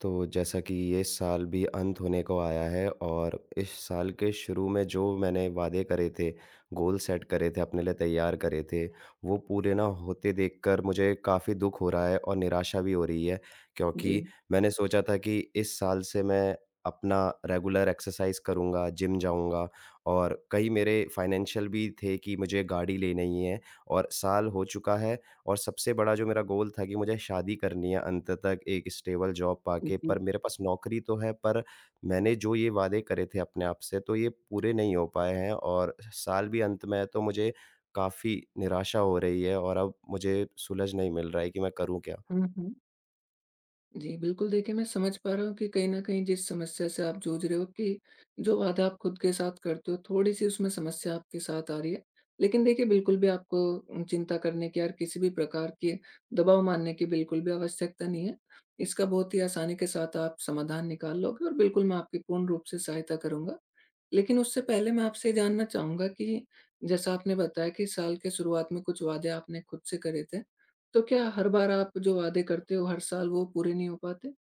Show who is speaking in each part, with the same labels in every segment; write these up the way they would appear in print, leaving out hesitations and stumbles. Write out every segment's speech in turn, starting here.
Speaker 1: तो जैसा कि ये साल भी अंत होने को आया है और इस साल के शुरू में जो मैंने वादे करे थे, गोल सेट करे थे, अपने लिए तैयार करे थे, वो पूरे ना होते देखकर मुझे काफ़ी दुःख हो रहा है और निराशा भी हो रही है।
Speaker 2: जी,
Speaker 1: क्योंकि मैंने सोचा था कि इस साल से मैं अपना रेगुलर एक्सरसाइज़ करूँगा, जिम जाऊँगा और कई मेरे फाइनेंशियल भी थे कि मुझे गाड़ी लेनी ही है और साल हो चुका है। और सबसे बड़ा जो मेरा गोल था कि मुझे शादी करनी है अंत तक एक स्टेबल जॉब पाके,
Speaker 2: जी।
Speaker 1: पर मेरे पास नौकरी तो है, पर मैंने जो ये वादे करे थे अपने आप से, तो ये पूरे नहीं हो पाए हैं। और साल भी अंत में है, तो मुझे काफ़ी निराशा हो रही है और अब मुझे सुलझ नहीं मिल रहा है कि मैं करूँ क्या?
Speaker 2: हुँ, हुँ। जी, बिल्कुल देखिए मैं समझ पा रहा हूँ कि कहीं न कहीं जिस समस्या से आप जूझ रहे हो कि जो बाधा आप खुद के साथ करते हो थोड़ी-सी उसमें समस्या आपके साथ आ रही है। लेकिन देखिए बिल्कुल भी आपको चिंता करने की और किसी भी प्रकार के दबाव मानने की बिल्कुल भी आवश्यकता नहीं है। इसका बहुत ही आसानी के साथ आप समाधान निकाल लोगे और बिल्कुल मैं आपकी पूर्ण रूप से सहायता करूँगा। लेकिन उससे पहले मैं आपसे जानना चाहूँगा कि जैसा आपने बताया कि साल के शुरुआत में कुछ वादे आपने खुद से करे थे, तो क्या हर बार आप जो वादे करते हो हर साल वो पूरे नहीं हो पाते?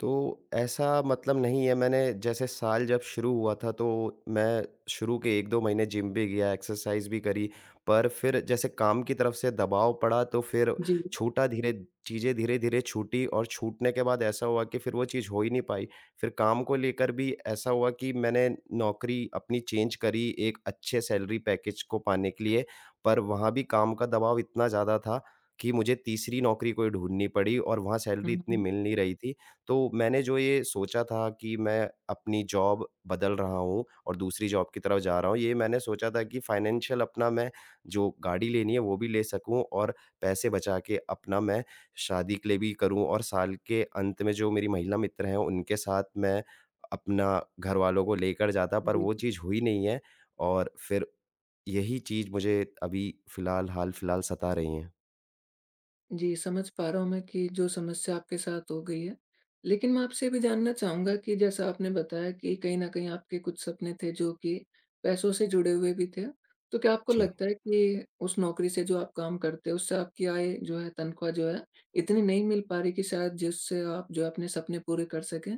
Speaker 1: तो ऐसा मतलब नहीं है। मैंने जैसे साल जब शुरू हुआ था, तो मैं शुरू के 1-2 महीने जिम भी गया, एक्सरसाइज़ भी करी, पर फिर जैसे काम की तरफ से दबाव पड़ा, तो फिर
Speaker 2: जी।
Speaker 1: छूटा धीरे चीज़ें धीरे-धीरे छूटी और छूटने के बाद ऐसा हुआ कि फिर वो चीज़ हो ही नहीं पाई। फिर काम को लेकर भी ऐसा हुआ कि मैंने नौकरी अपनी चेंज करी एक अच्छे सैलरी पैकेज को पाने के लिए, पर वहाँ भी काम का दबाव इतना ज़्यादा था कि मुझे तीसरी नौकरी कोई ढूँढनी पड़ी और वहाँ
Speaker 2: हुँ,
Speaker 1: सैलरी इतनी
Speaker 2: हुँ।
Speaker 1: मिल नहीं रही थी। तो मैंने जो ये सोचा था कि मैं अपनी जॉब बदल रहा हूँ और दूसरी जॉब की तरफ जा रहा हूँ, ये मैंने सोचा था कि फाइनेंशियल अपना मैं जो गाड़ी लेनी है वो भी ले सकूँ और पैसे बचा के अपना मैं शादी के लिए भी करूँ और साल के अंत में जो मेरी महिला मित्र हैं उनके साथ मैं अपना घरवालों को लेकर जाता, पर
Speaker 2: जी।
Speaker 1: वो चीज़ हुई नहीं है। और फिर यही चीज़ मुझे अभी फ़िलहाल हाल-फ़िलहाल सता रही है।
Speaker 2: जी, समझ पा रहा हूँ मैं कि जो समस्या आपके साथ हो गई है। लेकिन मैं आपसे ये भी जानना चाहूँगा कि जैसा आपने बताया कि कहीं न कहीं आपके कुछ सपने थे जो कि पैसों से जुड़े हुए भी थे। तो क्या आपको
Speaker 1: जी।
Speaker 2: लगता है कि उस नौकरी से जो आप काम करते हो उससे आपकी आय जो है तनख्वाह जो है इतनी नहीं मिल पा रही कि शायद जिससे आप जो अपने सपने पूरे कर सकें?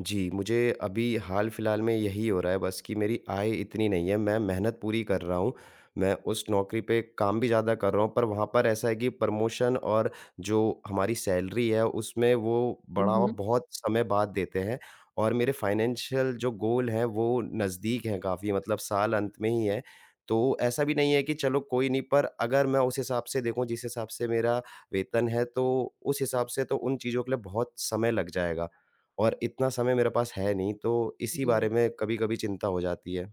Speaker 1: जी, मुझे अभी हाल-फिलहाल में यही हो रहा है, बस कि मेरी आय इतनी नहीं है। मैं मेहनत पूरी कर रहा हूँ, मैं उस नौकरी पे काम भी ज़्यादा कर रहा हूँ, पर वहाँ पर ऐसा है कि प्रमोशन और जो हमारी सैलरी है, उसमें वो
Speaker 2: हुँ,
Speaker 1: बढ़ावा
Speaker 2: हुँ।
Speaker 1: बहुत समय बाद देते हैं। और मेरे फाइनेंशियल जो गोल हैं, वो नज़दीक हैं काफ़ी, मतलब साल अंत में ही है। तो ऐसा भी नहीं है कि चलो कोई नहीं, पर अगर मैं उस हिसाब से देखूँ जिस हिसाब से मेरा वेतन है, तो उस हिसाब से तो उन चीज़ों के लिए बहुत समय लग जाएगा। और इतना समय मेरे पास है नहीं, तो इसी
Speaker 2: जी।
Speaker 1: बारे में कभी-कभी चिंता हो जाती है।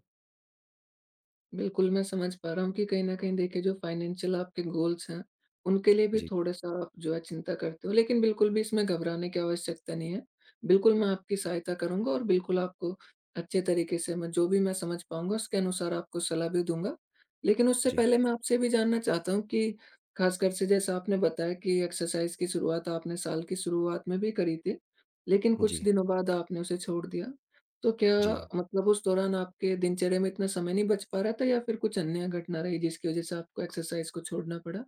Speaker 2: बिल्कुल, मैं समझ पा रहा हूँ कि कहीं न कहीं देखिए जो फाइनेंशियल आपके गोल्स हैं, उनके लिए भी
Speaker 1: जी,
Speaker 2: थोड़ा-सा आप जो है चिंता करते हो। लेकिन बिल्कुल भी इसमें घबराने की आवश्यकता नहीं है। बिल्कुल मैं आपकी सहायता करूँगा और बिल्कुल आपको अच्छे तरीके से मैं जो भी मैं समझ पाऊँगा उसके अनुसार आपको सलाह भी दूँगा। लेकिन उससे
Speaker 1: जी,
Speaker 2: पहले मैं आपसे भी जानना चाहता हूँ कि ख़ासकर से जैसा आपने बताया कि एक्सरसाइज़ की शुरुआत आपने साल की शुरुआत में भी करी थी, लेकिन कुछ
Speaker 1: जी,
Speaker 2: दिनों बाद आपने उसे छोड़ दिया। तो क्या
Speaker 1: जी।
Speaker 2: मतलब उस दौरान आपके दिनचर्या में इतना समय नहीं बच पा रहा था या फिर कुछ अन्य घटना रही जिसकी वज़ह से आपको एक्सरसाइज़ को छोड़ना पड़ा?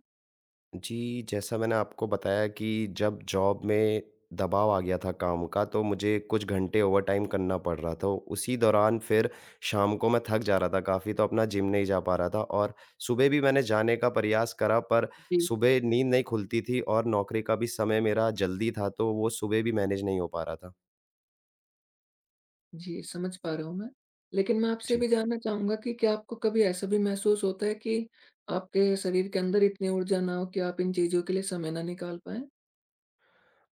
Speaker 1: जी, जैसा मैंने आपको बताया कि जब जॉब में दबाव आ गया था काम का, तो मुझे कुछ घंटे ओवरटाइम करना पड़ रहा था। उसी दौरान फिर शाम को मैं थक जा रहा था काफ़ी, तो अपना जिम नहीं जा पा रहा था और सुबह भी मैंने जाने का प्रयास करा, पर
Speaker 2: जी।
Speaker 1: सुबह नींद नहीं खुलती थी और नौकरी का भी समय मेरा जल्दी था, तो वो सुबह भी मैनेज नहीं हो पा रहा था।
Speaker 2: जी, समझ पा रहा हूँ मैं। लेकिन मैं आपसे ये
Speaker 1: जी।
Speaker 2: भी जानना चाहूँगा कि क्या आपको कभी ऐसा भी महसूस होता है कि आपके शरीर के अंदर इतनी ऊर्जा ना हो कि आप इन चीज़ों के लिए समय ना निकाल पाएँ?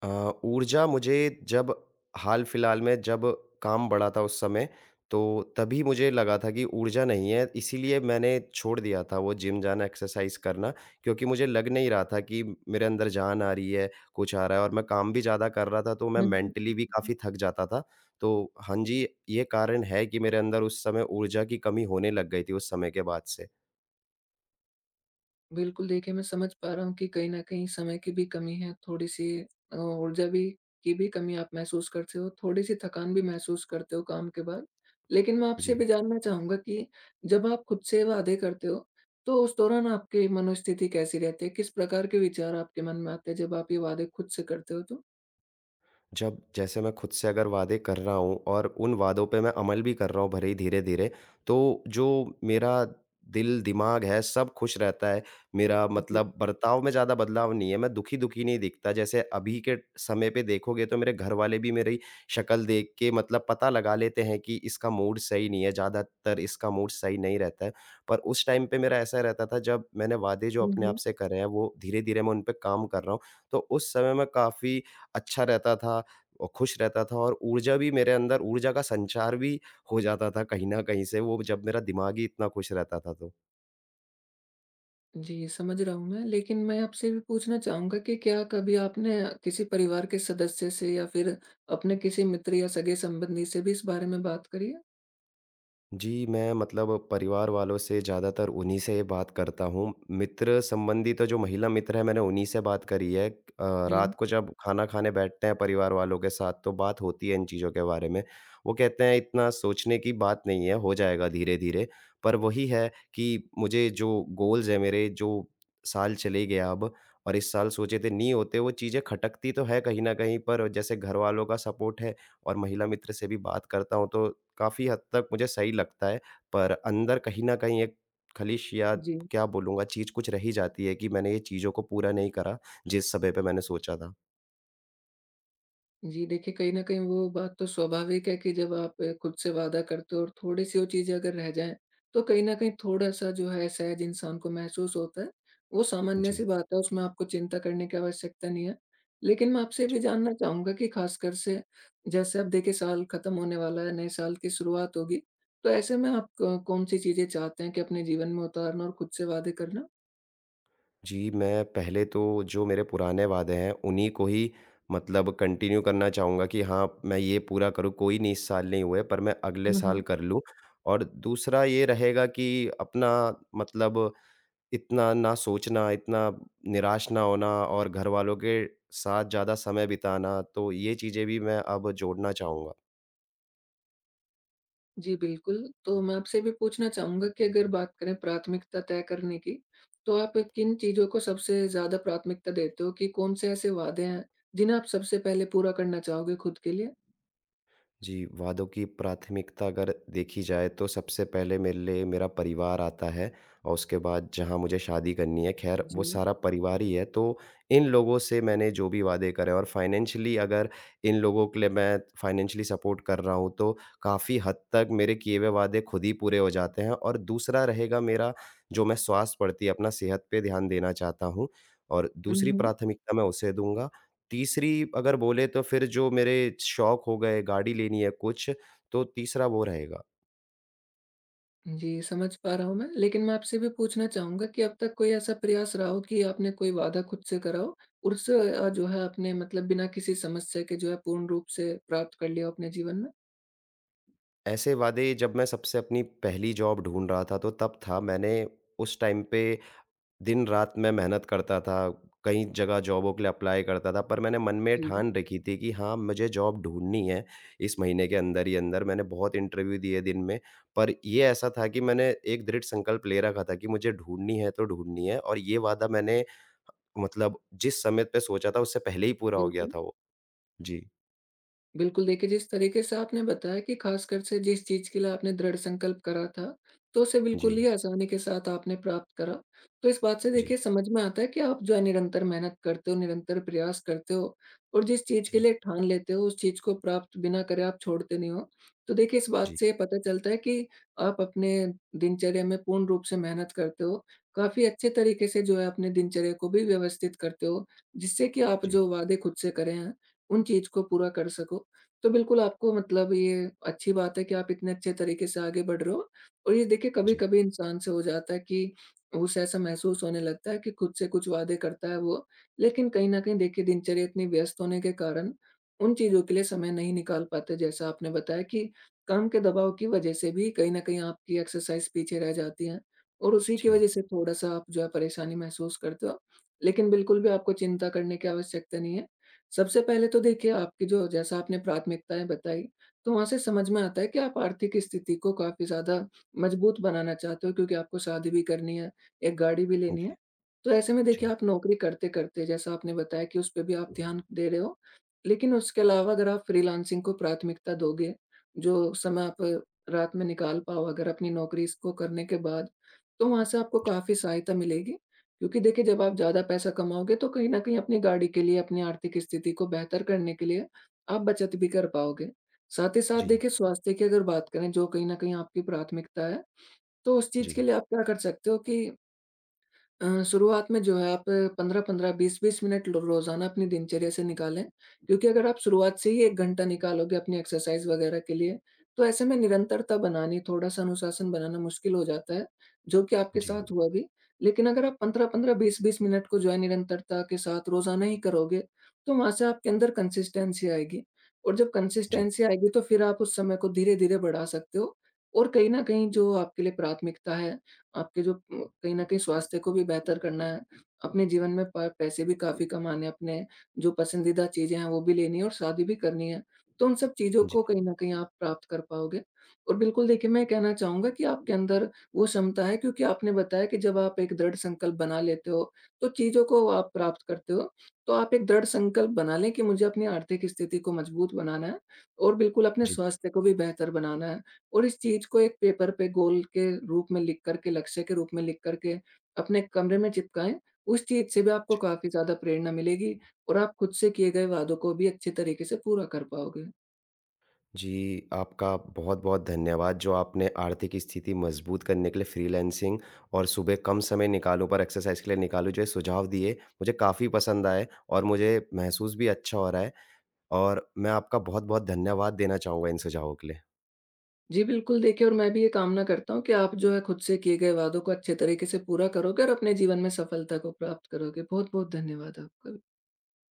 Speaker 1: अ, ऊर्जा मुझे जब हाल-फिलहाल में, जब काम बड़ा था उस समय, तो तभी मुझे लगा था कि ऊर्जा नहीं है, इसीलिए मैंने छोड़ दिया था वो जिम जाना, एक्सरसाइज़ करना। क्योंकि मुझे लग नहीं रहा था कि मेरे अंदर जान आ रही है, कुछ आ रहा है और मैं काम भी ज़्यादा कर रहा था, तो मैं
Speaker 2: हुँ,
Speaker 1: मेंटली भी
Speaker 2: हुँ।
Speaker 1: काफ़ी थक जाता था। तो हाँ जी, ये कारण है कि मेरे अंदर उस समय ऊर्जा की कमी होने लग गई थी, उस समय के बाद से।
Speaker 2: बिल्कुल, देखिए मैं समझ पा रहा हूँ कि कहीं न कहीं समय की भी कमी है, थोड़ी-सी ऊर्जा भी की भी कमी आप महसूस करते हो, थोड़ी-सी थकान भी महसूस करते हो काम के बाद। लेकिन मैं आपसे
Speaker 1: जी।
Speaker 2: भी जानना चाहूँगा कि जब आप खुद से वादे करते हो, तो उस दौरान आपकी मनोस्थिति कैसी रहती है? किस प्रकार के विचार आपके मन में आते हैं जब आप ये वादे खुद से करते हो तो?
Speaker 1: जब जैसे मैं खुद से अगर वादे कर रहा हूँ और उन वादों पे मैं अमल भी कर रहा हूँ, भले ही धीरे-धीरे, तो जो मेरा दिल, दिमाग है सब खुश रहता है। मेरा
Speaker 2: जी।
Speaker 1: मतलब बर्ताव में ज़्यादा बदलाव नहीं है, मैं दुखी-दुखी नहीं दिखता। जैसे अभी के समय पे देखोगे, तो मेरे घरवाले भी मेरी शक्ल देख के मतलब पता लगा लेते हैं कि इसका मूड सही नहीं है, ज़्यादातर इसका मूड सही नहीं रहता है। पर उस टाइम पे मेरा ऐसा रहता था, जब मैंने वादे जो अपने आप से करे हैं वो धीरे-धीरे मैं उन पे काम कर रहा हूँ, तो उस समय मैं काफ़ी अच्छा रहता था और खुश रहता था और ऊर्जा भी मेरे अंदर, ऊर्जा का संचार भी हो जाता था कहीं न कहीं से, वो जब मेरा दिमाग ही इतना खुश रहता था तो।
Speaker 2: जी, समझ रहा हूँ मैं। लेकिन मैं आपसे भी पूछना चाहूँगा कि क्या कभी आपने किसी परिवार के सदस्य से या फिर अपने किसी मित्र या सगे संबंधी से भी इस बारे में बात करी है?
Speaker 1: जी, मैं मतलब परिवार वालों से ज़्यादातर उन्हीं से बात करता हूँ। मित्र संबंधी तो जो महिला मित्र हैं मैंने उन्हीं से बात करी है।
Speaker 2: हुँ।
Speaker 1: रात को जब खाना खाने बैठते हैं परिवार वालों के साथ, तो बात होती है इन चीज़ों के बारे में। वो कहते हैं इतना सोचने की बात नहीं है, हो जाएगा धीरे-धीरे। पर वही है कि मुझे जो गोल्स हैं मेरे, जो साल चले गया अब और इस साल सोचे थे, नहीं होते वो चीज़ें, खटकती तो है कहीं न कहीं, पर जैसे घरवालों का सपोर्ट है और महिला मित्र से भी बात करता हूँ, तो काफ़ी हद तक मुझे सही लगता है। पर अंदर कहीं न कहीं एक खलिश या
Speaker 2: जी।
Speaker 1: क्या बोलूँगा, चीज़ कुछ रह ही जाती है कि मैंने ये चीज़ों को पूरा नहीं करा जिस समय पे मैंने सोचा था।
Speaker 2: जी, देखिए कहीं न कहीं वो बात तो स्वाभाविक है कि जब आप खुद से वादा करते हो और थोड़ी-सी वो चीज़ें अगर रह जाएँ, तो कहीं न कहीं थोड़ा-सा जो है सहज इंसान को महसूस होता है। वो सामान्य-सी
Speaker 1: जी,
Speaker 2: बात है, उसमें आपको चिंता करने की आवश्यकता नहीं है। लेकिन मैं आपसे ये
Speaker 1: जी।
Speaker 2: भी जानना चाहूँगा कि ख़ासकर से जैसे अब देखिए साल ख़त्म होने वाला है, नए साल की शुरुआत होगी, तो ऐसे में आप क कौन-सी चीज़ें चाहते हैं कि अपने जीवन में उतारना और खुद से वादे करना?
Speaker 1: जी, मैं पहले तो जो मेरे पुराने वादे हैं उन्हीं को ही मतलब कंटिन्यू करना चाहूँगा कि हाँ, मैं ये पूरा करूँ, कोई नहीं इस साल नहीं हुए, पर मैं अगले साल कर लूँ। और दूसरा ये रहेगा कि अपना मतलब इतना ना सोचना, इतना निराश ना होना और घरवालों के साथ ज़्यादा समय बिताना, तो ये चीज़ें भी मैं अब जोड़ना चाहूँगा।
Speaker 2: जी, बिल्कुल। तो मैं आपसे भी पूछना चाहूँगा कि अगर बात करें प्राथमिकता तय करने की, तो आप किन चीज़ों को सबसे ज़्यादा प्राथमिकता देते हो कि कौन से ऐसे वादे हैं, जिन्हें आप सबसे पहले पूरा करना चाहोगे खुद के लिए?
Speaker 1: जी, वादों की प्राथमिकता अगर देखी जाए तो सबसे पहले मेरे लिए मेरा परिवार आता है और उसके बाद जहाँ मुझे शादी करनी है, ख़ैर वो
Speaker 2: जी।
Speaker 1: सारा परिवार ही है। तो इन लोगों से मैंने जो भी वादे करे और फाइनेंशियली अगर इन लोगों के लिए मैं फाइनेंशियली सपोर्ट कर रहा हूँ, तो काफ़ी हद तक मेरे किए हुए वादे खुद ही पूरे हो जाते हैं। और दूसरा रहेगा मेरा, जो मैं स्वास्थ्य प्रति अपना सेहत पे ध्यान देना चाहता हूँ और
Speaker 2: हुँ,
Speaker 1: दूसरी
Speaker 2: हुँ।
Speaker 1: प्राथमिकता मैं उसे दूँगा। तीसरी अगर बोले तो फिर जो मेरे शौक हो गए, गाड़ी लेनी है कुछ, तो तीसरा वो रहेगा।
Speaker 2: जी, समझ पा रहा हूँ मैं। लेकिन मैं आपसे भी पूछना चाहूँगा कि अब तक कोई ऐसा प्रयास रहा हो कि आपने कोई वादा खुद से करा हो और उसे जो है आपने मतलब बिना किसी समस्या के जो है पूर्ण रूप से प्राप्त कर लिया हो अपने जीवन में?
Speaker 1: ऐसे वादे जब मैं सबसे अपनी पहली जॉब ढूँढ रहा था, तो तब था, मैंने उस टाइम पे दिन-रात मैं मेहनत करता था, कई जगह जॉबों के लिए अप्लाई करता था, पर मैंने मन में
Speaker 2: जी,
Speaker 1: ठान रखी थी कि हाँ, मुझे जॉब ढूँढनी है इस महीने के अंदर ही अंदर। मैंने बहुत इंटरव्यू दिए दिन में, पर ये ऐसा था कि मैंने एक दृढ़ संकल्प ले रखा था कि मुझे ढूँढनी है तो ढूँढनी है, और ये वादा मैंने मतलब जिस समय पे सोचा था उससे पहले ही पूरा हो गया
Speaker 2: बिल्कुल।
Speaker 1: था वो। जी,
Speaker 2: बिल्कुल, देखिए जिस तरीके से आपने बताया कि ख़ासकर से जिस चीज़ के लिए आपने दृढ़ संकल्प करा था, तो उसे बिल्कुल
Speaker 1: जी,
Speaker 2: ही आसानी के साथ आपने प्राप्त करा। तो इस बात से
Speaker 1: जी,
Speaker 2: देखिए समझ में आता है कि आप जो है निरंतर मेहनत करते हो, निरंतर प्रयास करते हो और जिस चीज़ के
Speaker 1: जी,
Speaker 2: लिए ठान लेते हो, उस चीज़ को प्राप्त बिना करे आप छोड़ते नहीं हो। तो देखिए इस बात
Speaker 1: जी,
Speaker 2: से पता चलता है कि आप अपने दिनचर्या में पूर्ण रूप से मेहनत करते हो। काफ़ी अच्छे तरीके से जो है अपने दिनचर्या को भी व्यवस्थित करते हो, जिससे कि आप
Speaker 1: जी,
Speaker 2: जो वादे खुद से करे हैं, उन चीज़ को पूरा कर सको। तो बिल्कुल आपको मतलब ये अच्छी बात है कि आप इतने अच्छे तरीके से आगे बढ़ रहे हो और ये देखिए
Speaker 1: जी,
Speaker 2: कभी-कभी इंसान से हो जाता है कि उसे ऐसा महसूस होने लगता है कि खुद से कुछ वादे करता है वो, लेकिन कहीं न कहीं देखिए दिनचर्या इतनी व्यस्त होने के कारण उन चीज़ों के लिए समय नहीं निकाल पाते। जैसा आपने बताया कि काम के दबाव की वजह से भी कहीं न कहीं आपकी एक्सरसाइज़ पीछे रह जाती है और उसी की
Speaker 1: जी,
Speaker 2: वजह से थोड़ा-सा आप जो है परेशानी महसूस करते हो। लेकिन बिल्कुल भी आपको चिंता करने की आवश्यकता नहीं है। सबसे पहले तो देखिए आपकी जो जैसा आपने प्राथमिकताएँ बताई, तो वहाँ से समझ में आता है कि आप आर्थिक स्थिति को काफ़ी ज़्यादा मजबूत बनाना चाहते हो क्योंकि आपको शादी भी करनी है, एक गाड़ी भी लेनी है। तो ऐसे में देखिए
Speaker 1: जी,
Speaker 2: आप नौकरी करते-करते जैसा आपने बताया कि उस पे भी आप ध्यान दे रहे हो, लेकिन उसके अलावा अगर आप फ्रीलांसिंग को प्राथमिकता दोगे, जो समय आप रात में निकाल पाओ अगर अपनी नौकरी इसको करने के बाद, तो वहाँ से आपको काफ़ी सहायता मिलेगी। क्योंकि देखिए जब आप ज़्यादा पैसा कमाओगे तो कहीं न कहीं अपनी गाड़ी के लिए, अपनी आर्थिक स्थिति को बेहतर करने के लिए आप बचत भी कर पाओगे। साथ ही साथ
Speaker 1: जी,
Speaker 2: देखिए स्वास्थ्य की अगर बात करें जो कहीं न कहीं आपकी प्राथमिकता है, तो उस
Speaker 1: जी,
Speaker 2: चीज़ के
Speaker 1: जी,
Speaker 2: लिए आप क्या कर सकते हो कि शुरुआत में जो है आप 15-15, 20-20 मिनट लो रोज़ाना अपनी दिनचर्या से निकालें, क्योंकि अगर आप शुरुआत से ही 1 घंटा निकालोगे अपनी एक्सरसाइज़ वगैरह के लिए, तो ऐसे में निरंतरता बनानी, थोड़ा-सा अनुशासन बनाना मुश्किल हो जाता है, जो कि आपके
Speaker 1: जी,
Speaker 2: साथ हुआ भी। लेकिन अगर आप 15-15, 20-20 मिनट को जो है निरंतरता के साथ रोज़ाना ही करोगे, तो वहाँ से आपके अंदर कंसिस्टेंसी आएगी और जब
Speaker 1: जी,
Speaker 2: कंसिस्टेंसी आएगी, तो फिर आप उस समय को धीरे-धीरे बढ़ा सकते हो और कहीं न कहीं जो आपके लिए प्राथमिकता है आपके जो कहीं न कहीं स्वास्थ्य को भी बेहतर करना है, अपने जीवन में प पैसे भी काफ़ी कमाने हैं, अपने जो पसंदीदा चीज़ें हैं वो भी लेनी है और शादी भी करनी है। तो उन सब चीज़ों
Speaker 1: जी,
Speaker 2: को
Speaker 1: जी,
Speaker 2: कहीं न कहीं आप प्राप्त कर पाओगे और बिल्कुल देखिए मैं कहना चाहूँगा कि आपके अंदर वो क्षमता है क्योंकि आपने बताया कि जब आप एक दृढ़ संकल्प बना लेते हो, तो चीज़ों को आप प्राप्त करते हो। तो आप एक दृढ़ संकल्प बना लें कि मुझे अपनी आर्थिक स्थिति को मजबूत बनाना है और बिल्कुल अपने
Speaker 1: जी,
Speaker 2: स्वास्थ्य को भी बेहतर बनाना है। और इस चीज़ को एक पेपर पे गोल के रूप में लिख कर के, लक्ष्य के रूप में लिख कर के अपने कमरे में चिपकाएँ, उस चीज़ से भी आपको
Speaker 1: जी।
Speaker 2: काफ़ी ज़्यादा प्रेरणा मिलेगी और आप खुद से किए गए वादों को भी अच्छे तरीके से पूरा कर पाओगे।
Speaker 1: जी, आपका बहुत-बहुत धन्यवाद, जो आपने आर्थिक स्थिति मज़बूत करने के लिए फ्रीलांसिंग और सुबह कम समय निकालो पर एक्सरसाइज़ के लिए निकालो, जो ये सुझाव दिए, मुझे काफ़ी पसंद आए और मुझे महसूस भी अच्छा हो रहा है और मैं आपका बहुत-बहुत धन्यवाद देना चाहूँगा इन सुझावों के लिए।
Speaker 2: जी, बिल्कुल देखिए और मैं भी ये कामना करता हूँ कि आप जो है खुद से किए गए वादों को अच्छे तरीके से पूरा करोगे और अपने जीवन में सफलता को प्राप्त करोगे। बहुत-बहुत धन्यवाद आपका।